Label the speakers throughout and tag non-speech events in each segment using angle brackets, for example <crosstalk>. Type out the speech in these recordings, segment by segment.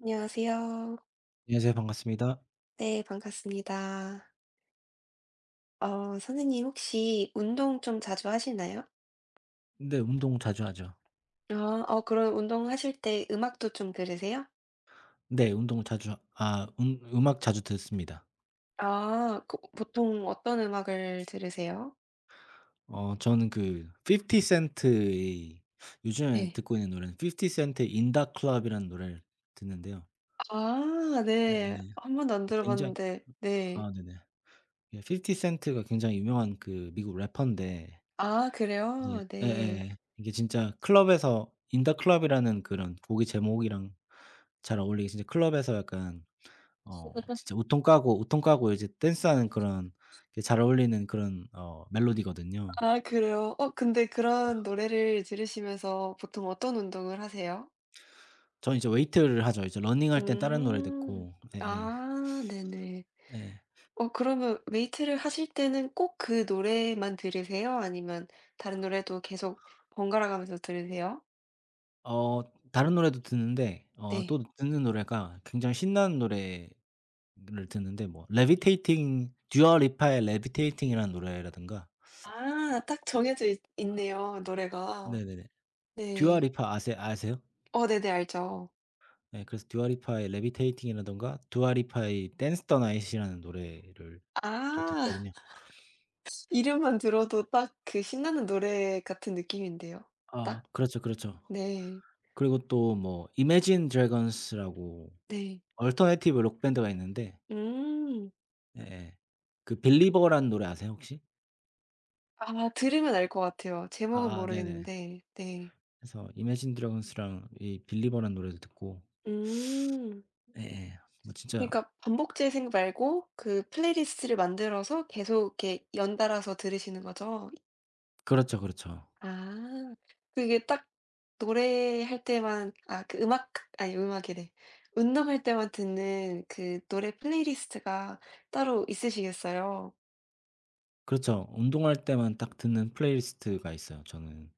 Speaker 1: 안녕하세요.
Speaker 2: 안녕하세요. 반갑습니다.
Speaker 1: 네, 반갑습니다. 선생님 혹시 운동 좀 자주 하시나요?
Speaker 2: 네, 운동 자주 하죠.
Speaker 1: 아, 그럼 운동하실 때 음악도 좀 들으세요?
Speaker 2: 네, 운동 자주 하- 아 음악 자주 듣습니다.
Speaker 1: 아, 그 보통 어떤 음악을 들으세요?
Speaker 2: 어 저는 그 50 센트의 요즘에
Speaker 1: 네.
Speaker 2: 듣고 있는 노래는 50 센트의 In Da Club이라는 노래를 듣는데요.
Speaker 1: 아,
Speaker 2: 네,
Speaker 1: 네.
Speaker 2: 예.
Speaker 1: 한 번도 안
Speaker 2: 굉장히
Speaker 1: 들어봤는데 네.
Speaker 2: 아 네네. 예, 50 센트가 굉장히 유명한 그 미국 래퍼인데
Speaker 1: 아,
Speaker 2: 이제
Speaker 1: 그래요? 네.
Speaker 2: 예예. 이게 진짜 클럽에서 In THE Club이라는 그런 곡의 제목이랑 잘 어울리게 진짜 클럽에서 약간 진짜 웃통 까고 이제 댄스하는 그런 게 잘 어울리는 그런 멜로디거든요.
Speaker 1: 아, 그래요? 근데 그런 노래를 들으시면서 보통 어떤 운동을 하세요?
Speaker 2: 저는 이제 웨이트를 하죠. 이제 러닝할 땐 다른 노래
Speaker 1: 음.
Speaker 2: 듣고. 예예.
Speaker 1: 아, 네네.
Speaker 2: 예. 예.
Speaker 1: 그러면 웨이트를 하실 때는 꼭 그 노래만 들으세요? 아니면 다른 노래도 계속 번갈아 가면서 들으세요?
Speaker 2: 어 다른 노래도 듣는데
Speaker 1: 네.
Speaker 2: 또 듣는 노래가 굉장히 신나는 노래를 듣는데 뭐 레비테이팅 두아 리파의 레비테이팅이라는 노래라든가.
Speaker 1: 아, 딱 정해져 있네요, 노래가.
Speaker 2: 네네네. 두아
Speaker 1: 네.
Speaker 2: 리파 아세요?
Speaker 1: 네네, 알죠.
Speaker 2: 예, 그래서 두아 리파의 레비테이팅이라든가 두아 리파의 댄스 더 나잇이라는 노래를 또
Speaker 1: 아.
Speaker 2: 듣거든요.
Speaker 1: <laughs> 이름만 들어도 딱 그 신나는 노래 같은 느낌인데요. 딱.
Speaker 2: 아, 그렇죠, 그렇죠.
Speaker 1: 네.
Speaker 2: 그리고 또 뭐 Imagine Dragons라고
Speaker 1: 네.
Speaker 2: alternative 록 밴드가 있는데.
Speaker 1: 음.
Speaker 2: 예예. 그 Believer라는 노래 아세요, 혹시?
Speaker 1: 아, 들으면 알 것 같아요. 제목은
Speaker 2: 아아, 네네.
Speaker 1: 모르겠는데. 네.
Speaker 2: 그래서 Imagine Dragons랑 이 Believer라는 노래도 듣고.
Speaker 1: 음.
Speaker 2: 예예. 뭐 진짜
Speaker 1: 그러니까 반복 재생 말고 그 플레이리스트를 만들어서 계속 이렇게 연달아서 들으시는 거죠?
Speaker 2: 그렇죠, 그렇죠.
Speaker 1: 아. 그게 딱 노래할 때만, 아 그 음악, 아니 음악이래. 운동할 때만 듣는 그 노래 플레이리스트가 따로 있으시겠어요?
Speaker 2: 그렇죠. 운동할 때만 딱 듣는 플레이리스트가 있어요, 저는.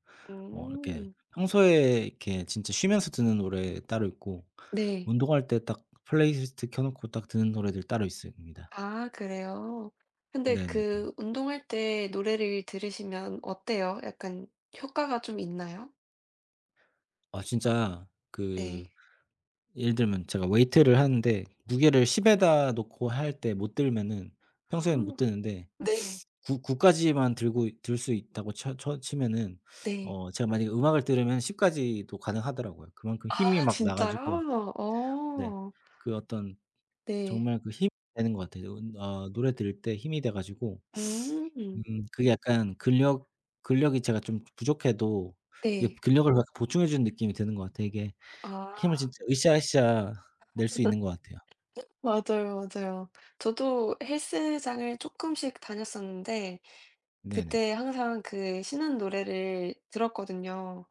Speaker 2: 이렇게
Speaker 1: 음.
Speaker 2: 평소에 이렇게 진짜 쉬면서 듣는 노래 따로 있고
Speaker 1: 네.
Speaker 2: 운동할 때 딱 플레이리스트 켜 놓고 딱 듣는 노래들 따로 있습니다.
Speaker 1: 아, 그래요? 근데
Speaker 2: 네네네.
Speaker 1: 그 운동할 때 노래를 들으시면 어때요? 약간 효과가 좀 있나요?
Speaker 2: 아, 진짜.
Speaker 1: 네.
Speaker 2: 예를 들면 제가 웨이트를 하는데 무게를 10 에다 놓고 할 때 못 들면은 평소에는
Speaker 1: 아.
Speaker 2: 못 드는데
Speaker 1: 네.
Speaker 2: 9구 까지만 들고 들 수 있다고 쳐 쳐 치면은
Speaker 1: 네.
Speaker 2: 제가 만약에 음악을 들으면 10 까지도 가능하더라고요. 그만큼
Speaker 1: 아,
Speaker 2: 힘이 막 나 가지고.
Speaker 1: 진짜요?
Speaker 2: 네.
Speaker 1: 어.
Speaker 2: 그 어떤
Speaker 1: 네.
Speaker 2: 정말 그 힘이 되는 것 같아요. 은 어 노래 들을 때 힘이 돼 가지고
Speaker 1: 음.
Speaker 2: 그게 약간 근력이 제가 좀 부족해도 이게
Speaker 1: 네.
Speaker 2: 근력을 막 보충해 주는 느낌이 드는 것 같아요, 이게. 힘을
Speaker 1: 아,
Speaker 2: 진짜 으쌰으쌰 낼 수 있는 것 같아요.
Speaker 1: 맞아요, 맞아요. 저도 헬스장을 조금씩 다녔었는데
Speaker 2: 네네.
Speaker 1: 그때 항상 그 신나는 노래를 들었거든요.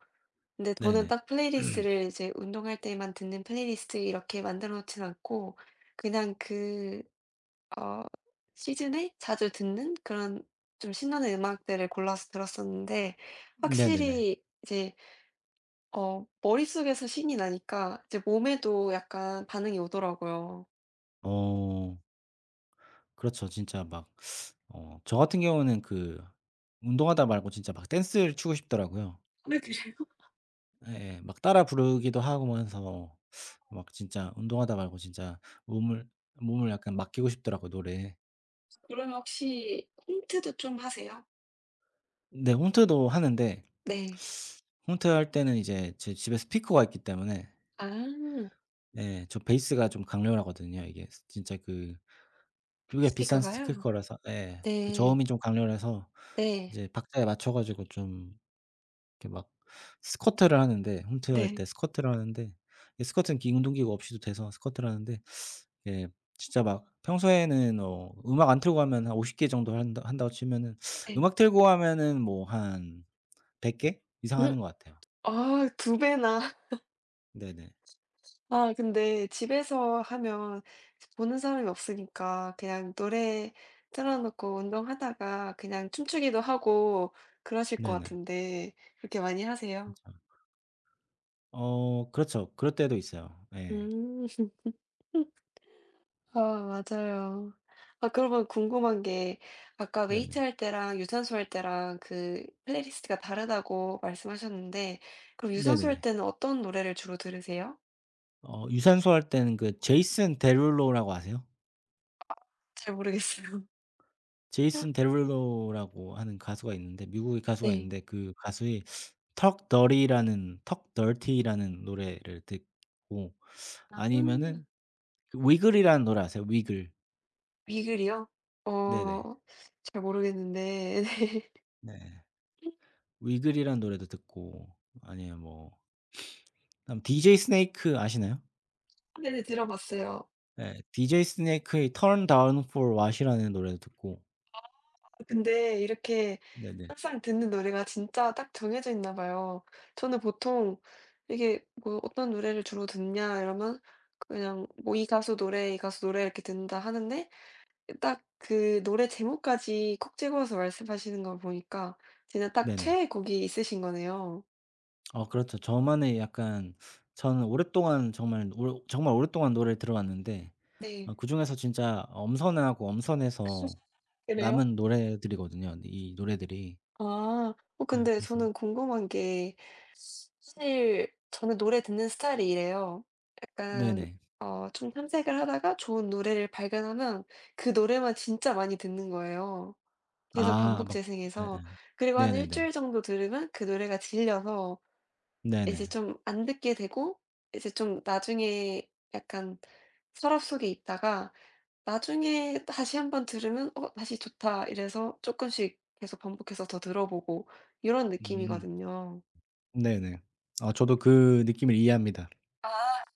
Speaker 1: 근데 저는
Speaker 2: 네네.
Speaker 1: 딱 플레이리스트를, 이제 운동할 때만 듣는 플레이리스트 이렇게 만들어 놓진 않고 그냥 그 어 시즌에 자주 듣는 그런 좀 신나는 음악들을 골라서 들었었는데
Speaker 2: 네네네.
Speaker 1: 확실히 이제 머릿속에서 신이 나니까 이제 몸에도 약간 반응이 오더라고요.
Speaker 2: 어, 그렇죠. 진짜 막 어 저 같은 경우는 운동하다 말고 진짜 막 댄스를 추고 싶더라고요.
Speaker 1: 네, 그래요? <laughs>
Speaker 2: 예예. 막 따라 부르기도 하면서 막 진짜 운동하다 말고 진짜 몸을 몸을 약간 맡기고 싶더라고요, 노래에.
Speaker 1: 그러면 혹시 힌트도 좀 하세요?
Speaker 2: 네, 홈트도 하는데
Speaker 1: 네.
Speaker 2: 홈트할 때는 이제 제 집에 스피커가 있기 때문에
Speaker 1: 아,
Speaker 2: 예, 베이스가 좀 강렬하거든요. 이게 스 진짜 그게 비싼
Speaker 1: 스피커가요?
Speaker 2: 스피커라서. 예. 그
Speaker 1: 네.
Speaker 2: 저음이 좀 강렬해서
Speaker 1: 네.
Speaker 2: 이제 박자에 맞춰 가지고 좀 이렇게 막 스쿼트를 하는데 홈트할
Speaker 1: 네.
Speaker 2: 때 스쿼트를 하는데 이 스쿼트는 기 운동기구 없이도 돼서 스쿼트를 하는데 예, 진짜 막 평소에는 음악 안 틀고 하면 한 50개 정도 한다고 치면은
Speaker 1: 네.
Speaker 2: 음악 틀고 하면은 뭐 한 100개 이상
Speaker 1: 음.
Speaker 2: 하는 것 같아요.
Speaker 1: 아, 두 배나. <laughs>
Speaker 2: 네네.
Speaker 1: 아, 근데 집에서 하면 보는 사람이 없으니까 그냥 노래 틀어 놓고 운동하다가 그냥 춤추기도 하고 그러실 것
Speaker 2: 네네.
Speaker 1: 같은데 그렇게 많이 하세요?
Speaker 2: 그쵸. 어, 그렇죠. 그럴 때도 있어요. 예.
Speaker 1: 음. <laughs> 아, 맞아요. 아, 그러면 궁금한 게, 아까 웨이트
Speaker 2: 네네.
Speaker 1: 할 때랑 유산소 할 때랑 그 플레이리스트가 다르다고 말씀하셨는데 그럼 유산소 할
Speaker 2: 네네네.
Speaker 1: 때는 어떤 노래를 주로 들으세요?
Speaker 2: 유산소 할 때는 그 제이슨 데룰로라고 아세요?
Speaker 1: 잘 모르겠어요.
Speaker 2: 제이슨 데룰로라고 하는 가수가 있는데 미국의
Speaker 1: <laughs>
Speaker 2: 가수가
Speaker 1: 네.
Speaker 2: 있는데 그 가수의 턱 더티라는 노래를 듣고
Speaker 1: 아.
Speaker 2: 아니면은 그 위글이라는 노래 아세요? 위글.
Speaker 1: 위글이요?
Speaker 2: 네네.
Speaker 1: 어 잘 모르겠는데. <laughs>
Speaker 2: 네. 위글이라는 노래도 듣고 아니면 뭐 그다음 DJ 스네이크 아시나요?
Speaker 1: 네. 네, 들어봤어요.
Speaker 2: 예. DJ 스네이크의 Turn Down for What이라는 노래도 듣고.
Speaker 1: 근데 이렇게
Speaker 2: 네네.
Speaker 1: 항상 듣는 노래가 진짜 딱 정해져 있나 봐요. 저는 보통 이게 뭐 어떤 노래를 주로 듣냐 이러면 그냥 뭐 이 가수 노래, 이 가수 노래 이렇게 듣는다 하는데 딱 그 노래 제목까지 콕 집어서 말씀하시는 걸 보니까 진짜 딱
Speaker 2: 네네.
Speaker 1: 최애 곡이 있으신 거네요.
Speaker 2: 어, 그렇죠. 저만의 약간 저는 오랫동안 정말 오랫동안 노래를 들어왔는데
Speaker 1: 네.
Speaker 2: 그중에서 진짜 엄선하고 엄선해서
Speaker 1: <laughs> 그래요?
Speaker 2: 남은 노래들이거든요, 이 노래들이.
Speaker 1: 아.
Speaker 2: 네.
Speaker 1: 근데
Speaker 2: 그래서
Speaker 1: 저는 궁금한 게, 사실 저는 노래 듣는 스타일이 이래요. 약간
Speaker 2: 네네.
Speaker 1: 좀 탐색을 하다가 좋은 노래를 발견하면 그 노래만 진짜 많이 듣는 거예요. 계속
Speaker 2: 아
Speaker 1: 반복
Speaker 2: 막 예예.
Speaker 1: 재생해서. 그리고 한 일
Speaker 2: 네네네.
Speaker 1: 주일 정도 들으면 그 노래가 질려서 이제
Speaker 2: 네네.
Speaker 1: 좀 안 듣게 되고 이제 좀 나중에 약간 서랍 속에 있다가 나중에 다시 한번 들으면 '어, 다시 좋다.' 이래서 조금씩 계속 반복해서 더 들어보고 이런
Speaker 2: 음,
Speaker 1: 느낌이거든요.
Speaker 2: 네네. 아, 저도 그 느낌을 이해합니다.
Speaker 1: 아.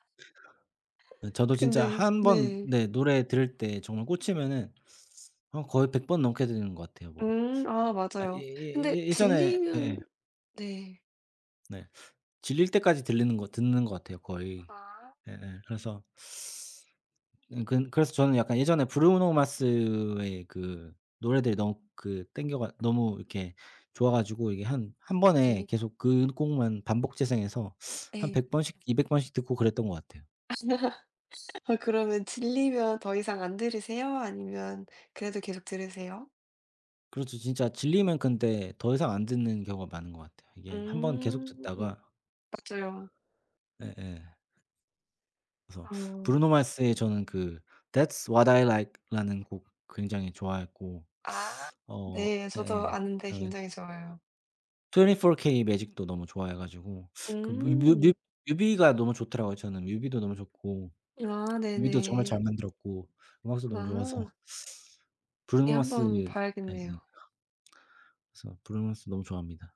Speaker 2: 예, 저도 진짜
Speaker 1: 근데
Speaker 2: 한 번,
Speaker 1: 네.
Speaker 2: 네, 노래 들을 때 정말 꽂히면은 거의 100번 넘게 듣는 것 같아요, 뭐.
Speaker 1: 음. 아,
Speaker 2: 아, 예,
Speaker 1: 맞아요. 근데
Speaker 2: 예, 예. 예전에
Speaker 1: 질리면
Speaker 2: 예예.
Speaker 1: 네.
Speaker 2: 네. 질릴 때까지 들리는 거 듣는 것 같아요, 거의.
Speaker 1: 아.
Speaker 2: 예예. 그래서 근 그래서 저는 약간 예전에 브루노 마스의 그 노래들이 너무 그 땡겨 가 너무 이렇게 좋아 가지고 이게 한 번에
Speaker 1: 네.
Speaker 2: 계속 그 곡만 반복 재생해서 한
Speaker 1: 네.
Speaker 2: 100 번씩 200 번씩 듣고 그랬던 것 같아요.
Speaker 1: 아, 그러면 질리면 더 이상 안 들으세요? 아니면 그래도 계속 들으세요?
Speaker 2: 그렇죠. 진짜 질리면 근데 더 이상 안 듣는 경우가 많은 것 같아요. 이게 한 번 계속
Speaker 1: 음.
Speaker 2: 듣다가.
Speaker 1: 맞아요.
Speaker 2: 예예. 그래서
Speaker 1: 어.
Speaker 2: 브루노 마스의 저는 그 That's What I Like라는 곡 굉장히 좋아했고.
Speaker 1: 아.
Speaker 2: 어
Speaker 1: 네. 저도
Speaker 2: 예예.
Speaker 1: 아는데
Speaker 2: 그다음에
Speaker 1: 굉장히 좋아요.
Speaker 2: 24 K 매직도 너무 좋아해 가지고 그 뮤 뮤 뮤
Speaker 1: 음.
Speaker 2: 뮤비가 너무 좋더라고요, 저는. 뮤비도 너무 좋고
Speaker 1: 아,
Speaker 2: 뮤비도 정말
Speaker 1: 네네.
Speaker 2: 잘 만들었고 음악도 너무 좋아서
Speaker 1: 아.
Speaker 2: <laughs>
Speaker 1: 이
Speaker 2: 브루노 마스
Speaker 1: 한번
Speaker 2: 예예.
Speaker 1: 봐야겠네요.
Speaker 2: 그래서 브루노 마스 너무 좋아합니다.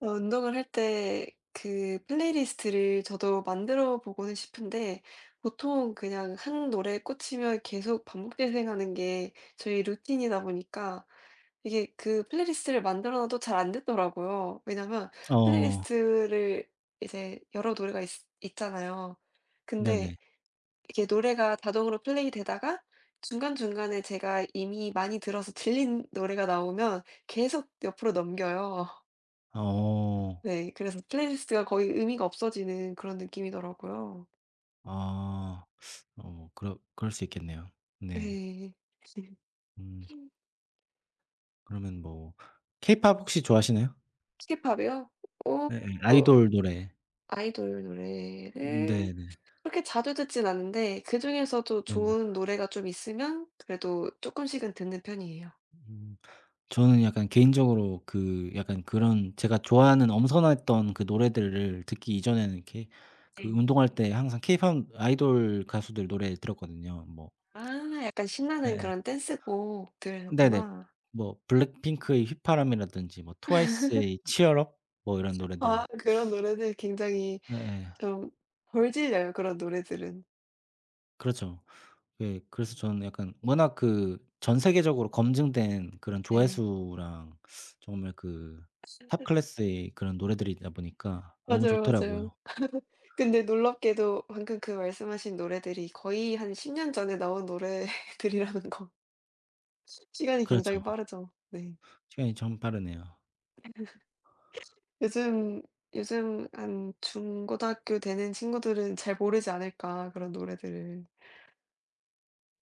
Speaker 1: 운동을 할 때 그 플레이리스트를 저도 만들어 보고는 싶은데 보통 그냥 한 노래에 꽂히면 계속 반복 재생하는 게 저희 루틴이다 보니까 이게 그 플레이리스트를 만들어 놔도 잘 안 듣더라고요. 왜냐면
Speaker 2: 어,
Speaker 1: 플레이리스트를 이제 여러 노래가 있 있잖아요. 근데
Speaker 2: 네네.
Speaker 1: 이게 노래가 자동으로 플레이되다가 중간중간에 제가 이미 많이 들어서 질린 노래가 나오면 계속 옆으로 넘겨요.
Speaker 2: 어.
Speaker 1: 네. 그래서 플레이리스트가 거의 의미가 없어지는 그런 느낌이더라고요.
Speaker 2: 아. 어 그러 그럴 수 있겠네요. 네.
Speaker 1: 네.
Speaker 2: 음. 그러면 뭐 케이팝, 혹시 좋아하시나요?
Speaker 1: 케이팝이요? 어
Speaker 2: 예예. 아이돌 노래.
Speaker 1: 아이돌 노래를
Speaker 2: 네네.
Speaker 1: 그렇게 자주 듣진 않는데 그중에서도
Speaker 2: 네네.
Speaker 1: 좋은 노래가 좀 있으면 그래도 쪼끔씩은 듣는 편이에요.
Speaker 2: 음. 저는 약간 개인적으로 그 약간 그런 제가 좋아하는 엄선했던 그 노래들을 듣기 이전에는 이렇게 그
Speaker 1: 네.
Speaker 2: 운동할 때 항상 케이팝 아이돌 가수들 노래 들었거든요. 뭐.
Speaker 1: 아, 약간
Speaker 2: 예,
Speaker 1: 신나는
Speaker 2: 예.
Speaker 1: 그런
Speaker 2: 네네.
Speaker 1: 댄스곡들이었구나.
Speaker 2: 뭐 블랙핑크의 휘파람이라든지 뭐 트와이스의 치얼 업, 뭐 이런 노래들.
Speaker 1: 아, 그런 노래들 굉장히
Speaker 2: 예예.
Speaker 1: 좀 덜 질려요, 그런 노래들은.
Speaker 2: 그렇죠. 예. 그래서 저는 약간 워낙 그 전 세계적으로 검증된 그런
Speaker 1: 예.
Speaker 2: 조회수랑 정말 그 탑 클래스의 그런 노래들이다 보니까 너무
Speaker 1: 맞아요, 맞아요.
Speaker 2: 좋더라고요.
Speaker 1: 근데 놀랍게도 방금 그 말씀하신 노래들이 거의 한 10년 전에 나온 노래들이라는 거. <laughs> 시간이 굉장히
Speaker 2: 그렇죠.
Speaker 1: 빠르죠. 네.
Speaker 2: 시간이 참 빠르네요.
Speaker 1: 요즘 요즘 한 중고등학교 되는 친구들은 잘 모르지 않을까, 그런 노래들을.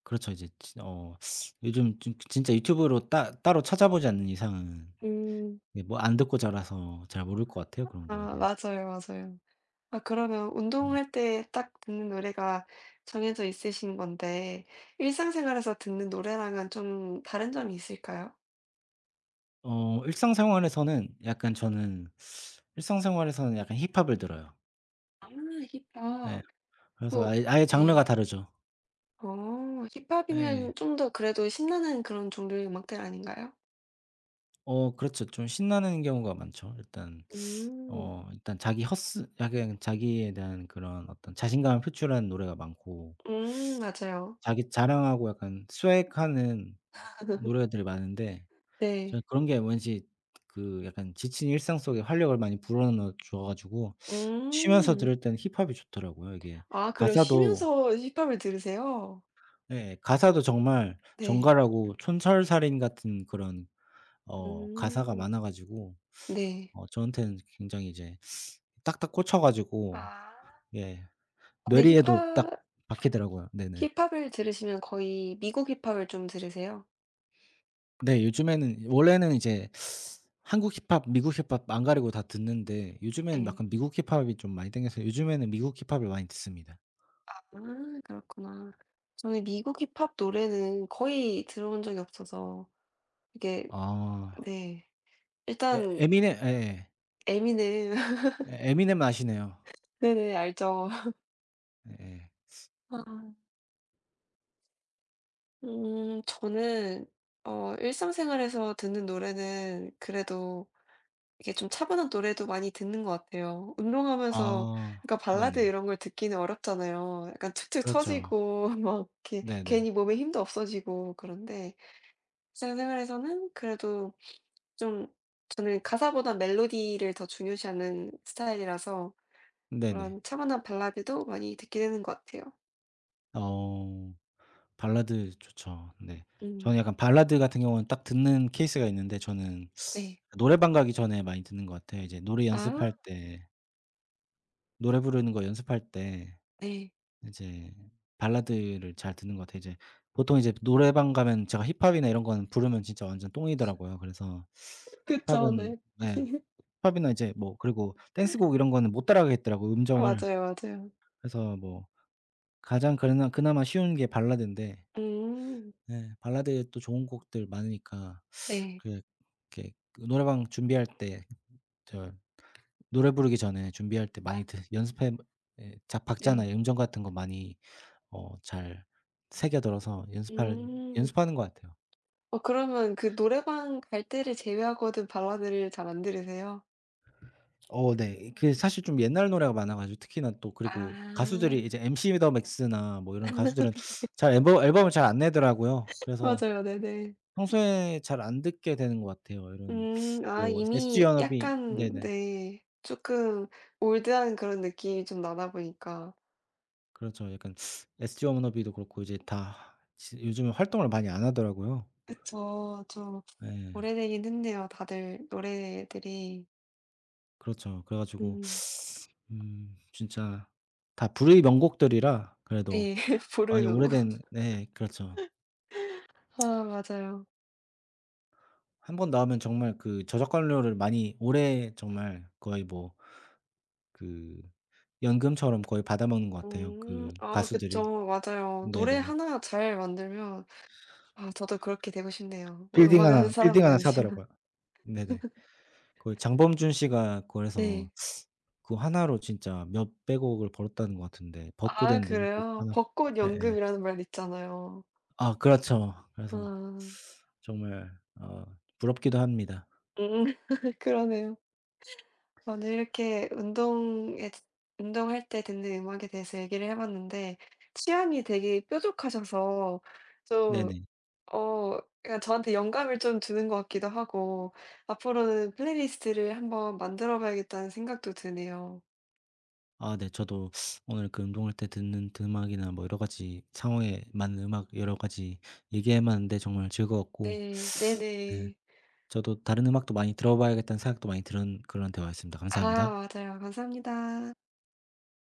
Speaker 2: 그렇죠. 이제 진 어 요즘 진 진짜 유튜브로 따 따로 찾아보지 않는 이상은
Speaker 1: 음.
Speaker 2: 예 뭐 안 듣고 자라서 잘 모를 것 같아요, 그런 거에
Speaker 1: 아,
Speaker 2: 대해서는.
Speaker 1: 맞아요, 맞아요. 아, 그러면 운동할 때 딱 듣는 노래가 정해져 있으신 건데 일상생활에서 듣는 노래랑은 좀 다른 점이 있을까요?
Speaker 2: 어 일상생활에서는 약간 저는 일상생활에서는 약간 힙합을 들어요.
Speaker 1: 아, 힙합.
Speaker 2: 예. 그래서
Speaker 1: 그.
Speaker 2: 아예, 아예 장르가
Speaker 1: 네.
Speaker 2: 다르죠.
Speaker 1: 어.
Speaker 2: 예.
Speaker 1: 힙합이면 좀 더 그래도 신나는 그런 종류의 음악들 아닌가요?
Speaker 2: 어, 그렇죠. 좀 신나는 경우가 많죠.
Speaker 1: 음.
Speaker 2: 일단 자기 헛스 약간 자기에 대한 그런 어떤 자신감을 표출하는 노래가 많고
Speaker 1: 음, 맞아요.
Speaker 2: 자기 자랑하고 약간 스웩하는
Speaker 1: <laughs>
Speaker 2: 노래들이 많은데 저는
Speaker 1: 네.
Speaker 2: 그런 게 왠지 그 약간 지친 일상 속에 활력을 많이 불어넣어 줘 가지고 쉬면서
Speaker 1: 음.
Speaker 2: 들을 때는 힙합이 좋더라고요. 이게
Speaker 1: 아, 그럼
Speaker 2: 가사도
Speaker 1: 쉬면서 힙합을 들으세요?
Speaker 2: 예, 가사도 정말
Speaker 1: 네.
Speaker 2: 정갈하고 촌철살인 같은 그런 가사가
Speaker 1: 음.
Speaker 2: 많아 가지고
Speaker 1: 네.
Speaker 2: 저한테는 굉장히 이제 딱딱 꽂혀 가지고.
Speaker 1: 아.
Speaker 2: 예,
Speaker 1: 근데
Speaker 2: 뇌리에도 딱
Speaker 1: 힙합,
Speaker 2: 박히더라고요. 네네.
Speaker 1: 힙합을 들으시면 거의 미국 힙합을 좀 들으세요?
Speaker 2: 네, 요즘에는 원래는 이제 한국 힙합, 미국 힙합 안 가리고 다 듣는데 요즘에는
Speaker 1: 네.
Speaker 2: 약간 미국 힙합이 좀 많이 땡겨서 요즘에는 미국 힙합을 많이 듣습니다.
Speaker 1: 아, 그렇구나. 저는 미국 힙합 노래는 거의 들어본 적이 없어서 이게
Speaker 2: 아.
Speaker 1: 네.
Speaker 2: 예,
Speaker 1: 일단
Speaker 2: 에미넴. 예예.
Speaker 1: 에미넴. <laughs>
Speaker 2: 예, 에미넴 아시네요.
Speaker 1: 네네, 알죠.
Speaker 2: 예예.
Speaker 1: 아. 음. 저는 일상생활에서 듣는 노래는 그래도 이게 좀 차분한 노래도 많이 듣는 것 같아요. 운동하면서
Speaker 2: 아,
Speaker 1: 그러니까 발라드
Speaker 2: 네네.
Speaker 1: 이런 걸 듣기는 어렵잖아요. 약간 툭툭
Speaker 2: 그렇죠.
Speaker 1: 터지고 <laughs> 막 이렇게
Speaker 2: 네네.
Speaker 1: 괜히 몸에 힘도 없어지고 그런데 일상생활에서는 그래도 좀 저는 가사보다 멜로디를 더 중요시하는 스타일이라서
Speaker 2: 네네.
Speaker 1: 그런 차분한 발라드도 많이 듣게 되는 것 같아요.
Speaker 2: 어, 발라드 좋죠. 네. 저는
Speaker 1: 음.
Speaker 2: 약간 발라드 같은 경우는 딱 듣는 케이스가 있는데, 저는
Speaker 1: 네.
Speaker 2: 노래방 가기 전에 많이 듣는 것 같아요. 이제 노래
Speaker 1: 아,
Speaker 2: 연습할 때, 노래 부르는 거 연습할 때
Speaker 1: 네.
Speaker 2: 이제 발라드를 잘 듣는 것 같아요. 이제 보통 이제 노래방 가면 제가 힙합이나 이런 거는 부르면 진짜 완전 똥이더라고요. 그래서
Speaker 1: <laughs> 그쵸.
Speaker 2: 힙합은.
Speaker 1: 네.
Speaker 2: 네.
Speaker 1: <laughs>
Speaker 2: 힙합이나 이제 뭐, 그리고 댄스곡 이런 거는 못 따라가겠더라고요, 음정을.
Speaker 1: 맞아요, 맞아요.
Speaker 2: 그래서 뭐 가장 그나마 쉬운 게 발라드인데
Speaker 1: 음.
Speaker 2: 예, 발라드에 또 좋은 곡들 많으니까
Speaker 1: 네.
Speaker 2: 그 이렇게 노래방 준비할 때저 노래 부르기 전에 준비할 때
Speaker 1: 아,
Speaker 2: 많이 드 연습해. 에, 자 박자나
Speaker 1: 네.
Speaker 2: 음정 같은 거 많이 잘 새겨 들어서 연습할
Speaker 1: 음.
Speaker 2: 연습하는 것 같아요.
Speaker 1: 어, 그러면 그 노래방 갈 때를 제외하고는 발라드를 잘 안 들으세요?
Speaker 2: 어, 네. 그 사실 좀 옛날 노래가 많아 가지고 특히나, 또 그리고
Speaker 1: 아.
Speaker 2: 가수들이 이제 MC 더 맥스나 뭐 이런 가수들은 잘 앨범을 잘 안 내더라고요. 그래서
Speaker 1: 맞아요. 네네.
Speaker 2: 평소에 잘 안 듣게 되는 것 같아요, 이런.
Speaker 1: 음, 아,
Speaker 2: 뭐 SG
Speaker 1: 이미
Speaker 2: 워너비.
Speaker 1: 약간
Speaker 2: 네네.
Speaker 1: 네 조금 올드한 그런 느낌이 좀 나다 보니까.
Speaker 2: 그렇죠. 약간 SG 워너비도 그렇고 이제 다 지 요즘에 활동을 많이 안 하더라고요.
Speaker 1: 그쵸. 좀
Speaker 2: 네,
Speaker 1: 오래되긴 했네요, 다들 노래들이.
Speaker 2: 그렇죠. 그래 가지고
Speaker 1: 음.
Speaker 2: 진짜 다 불의 명곡들이라 그래도
Speaker 1: 네. <laughs>
Speaker 2: 많이
Speaker 1: 부르는 거.
Speaker 2: 오래된, 네, 그렇죠.
Speaker 1: 아, 맞아요.
Speaker 2: 한 번 나오면 정말 그 저작권료를 많이 오래 정말 거의 뭐 그 연금처럼 거의 받아먹는 것 같아요,
Speaker 1: 음.
Speaker 2: 그
Speaker 1: 아,
Speaker 2: 가수들이.
Speaker 1: 그쵸. 맞아요. 노래
Speaker 2: 네네네.
Speaker 1: 하나 잘 만들면 아 저도 그렇게 되고 싶네요. 뭐
Speaker 2: 빌딩
Speaker 1: 음악을 하는
Speaker 2: 하나, 빌딩
Speaker 1: 사람은
Speaker 2: 하나
Speaker 1: 아니지만.
Speaker 2: 사더라고요. 네네. 거의 장범준 씨가
Speaker 1: <laughs> 네.
Speaker 2: 그래서 그 하나로 진짜 몇백 억을 벌었다는 것 같은데, 벚꽃
Speaker 1: 아,
Speaker 2: 엔딩 곡
Speaker 1: 그래요?
Speaker 2: 하나로.
Speaker 1: 벚꽃
Speaker 2: 예예.
Speaker 1: 연금이라는 말 있잖아요.
Speaker 2: 아, 그렇죠. 그래서
Speaker 1: 아.
Speaker 2: 정말 어 부럽기도 합니다.
Speaker 1: 음. <laughs> 그러네요. 아, 오늘 이렇게 운동에 운동할 때 듣는 음악에 대해서 얘기를 해 봤는데 취향이 되게 뾰족하셔서 좀
Speaker 2: 네네.
Speaker 1: 어 그러니까 저한테 영감을 좀 주는 것 같기도 하고 앞으로는 플레이리스트를 한번 만들어 봐야겠다는 생각도 드네요.
Speaker 2: 아, 네. 저도 오늘 그 운동할 때 듣는 드 음악이나 뭐 여러 가지 상황에 맞는 음악 여러 가지 얘기해 봤는데 정말 즐거웠고
Speaker 1: 네.
Speaker 2: 네,
Speaker 1: 네네.
Speaker 2: 저도 다른 음악도 많이 들어 봐야겠다는 생각도 많이 드는 그런 대화였습니다.
Speaker 1: 아,
Speaker 2: 감사합니다.
Speaker 1: 맞아요. 감사합니다.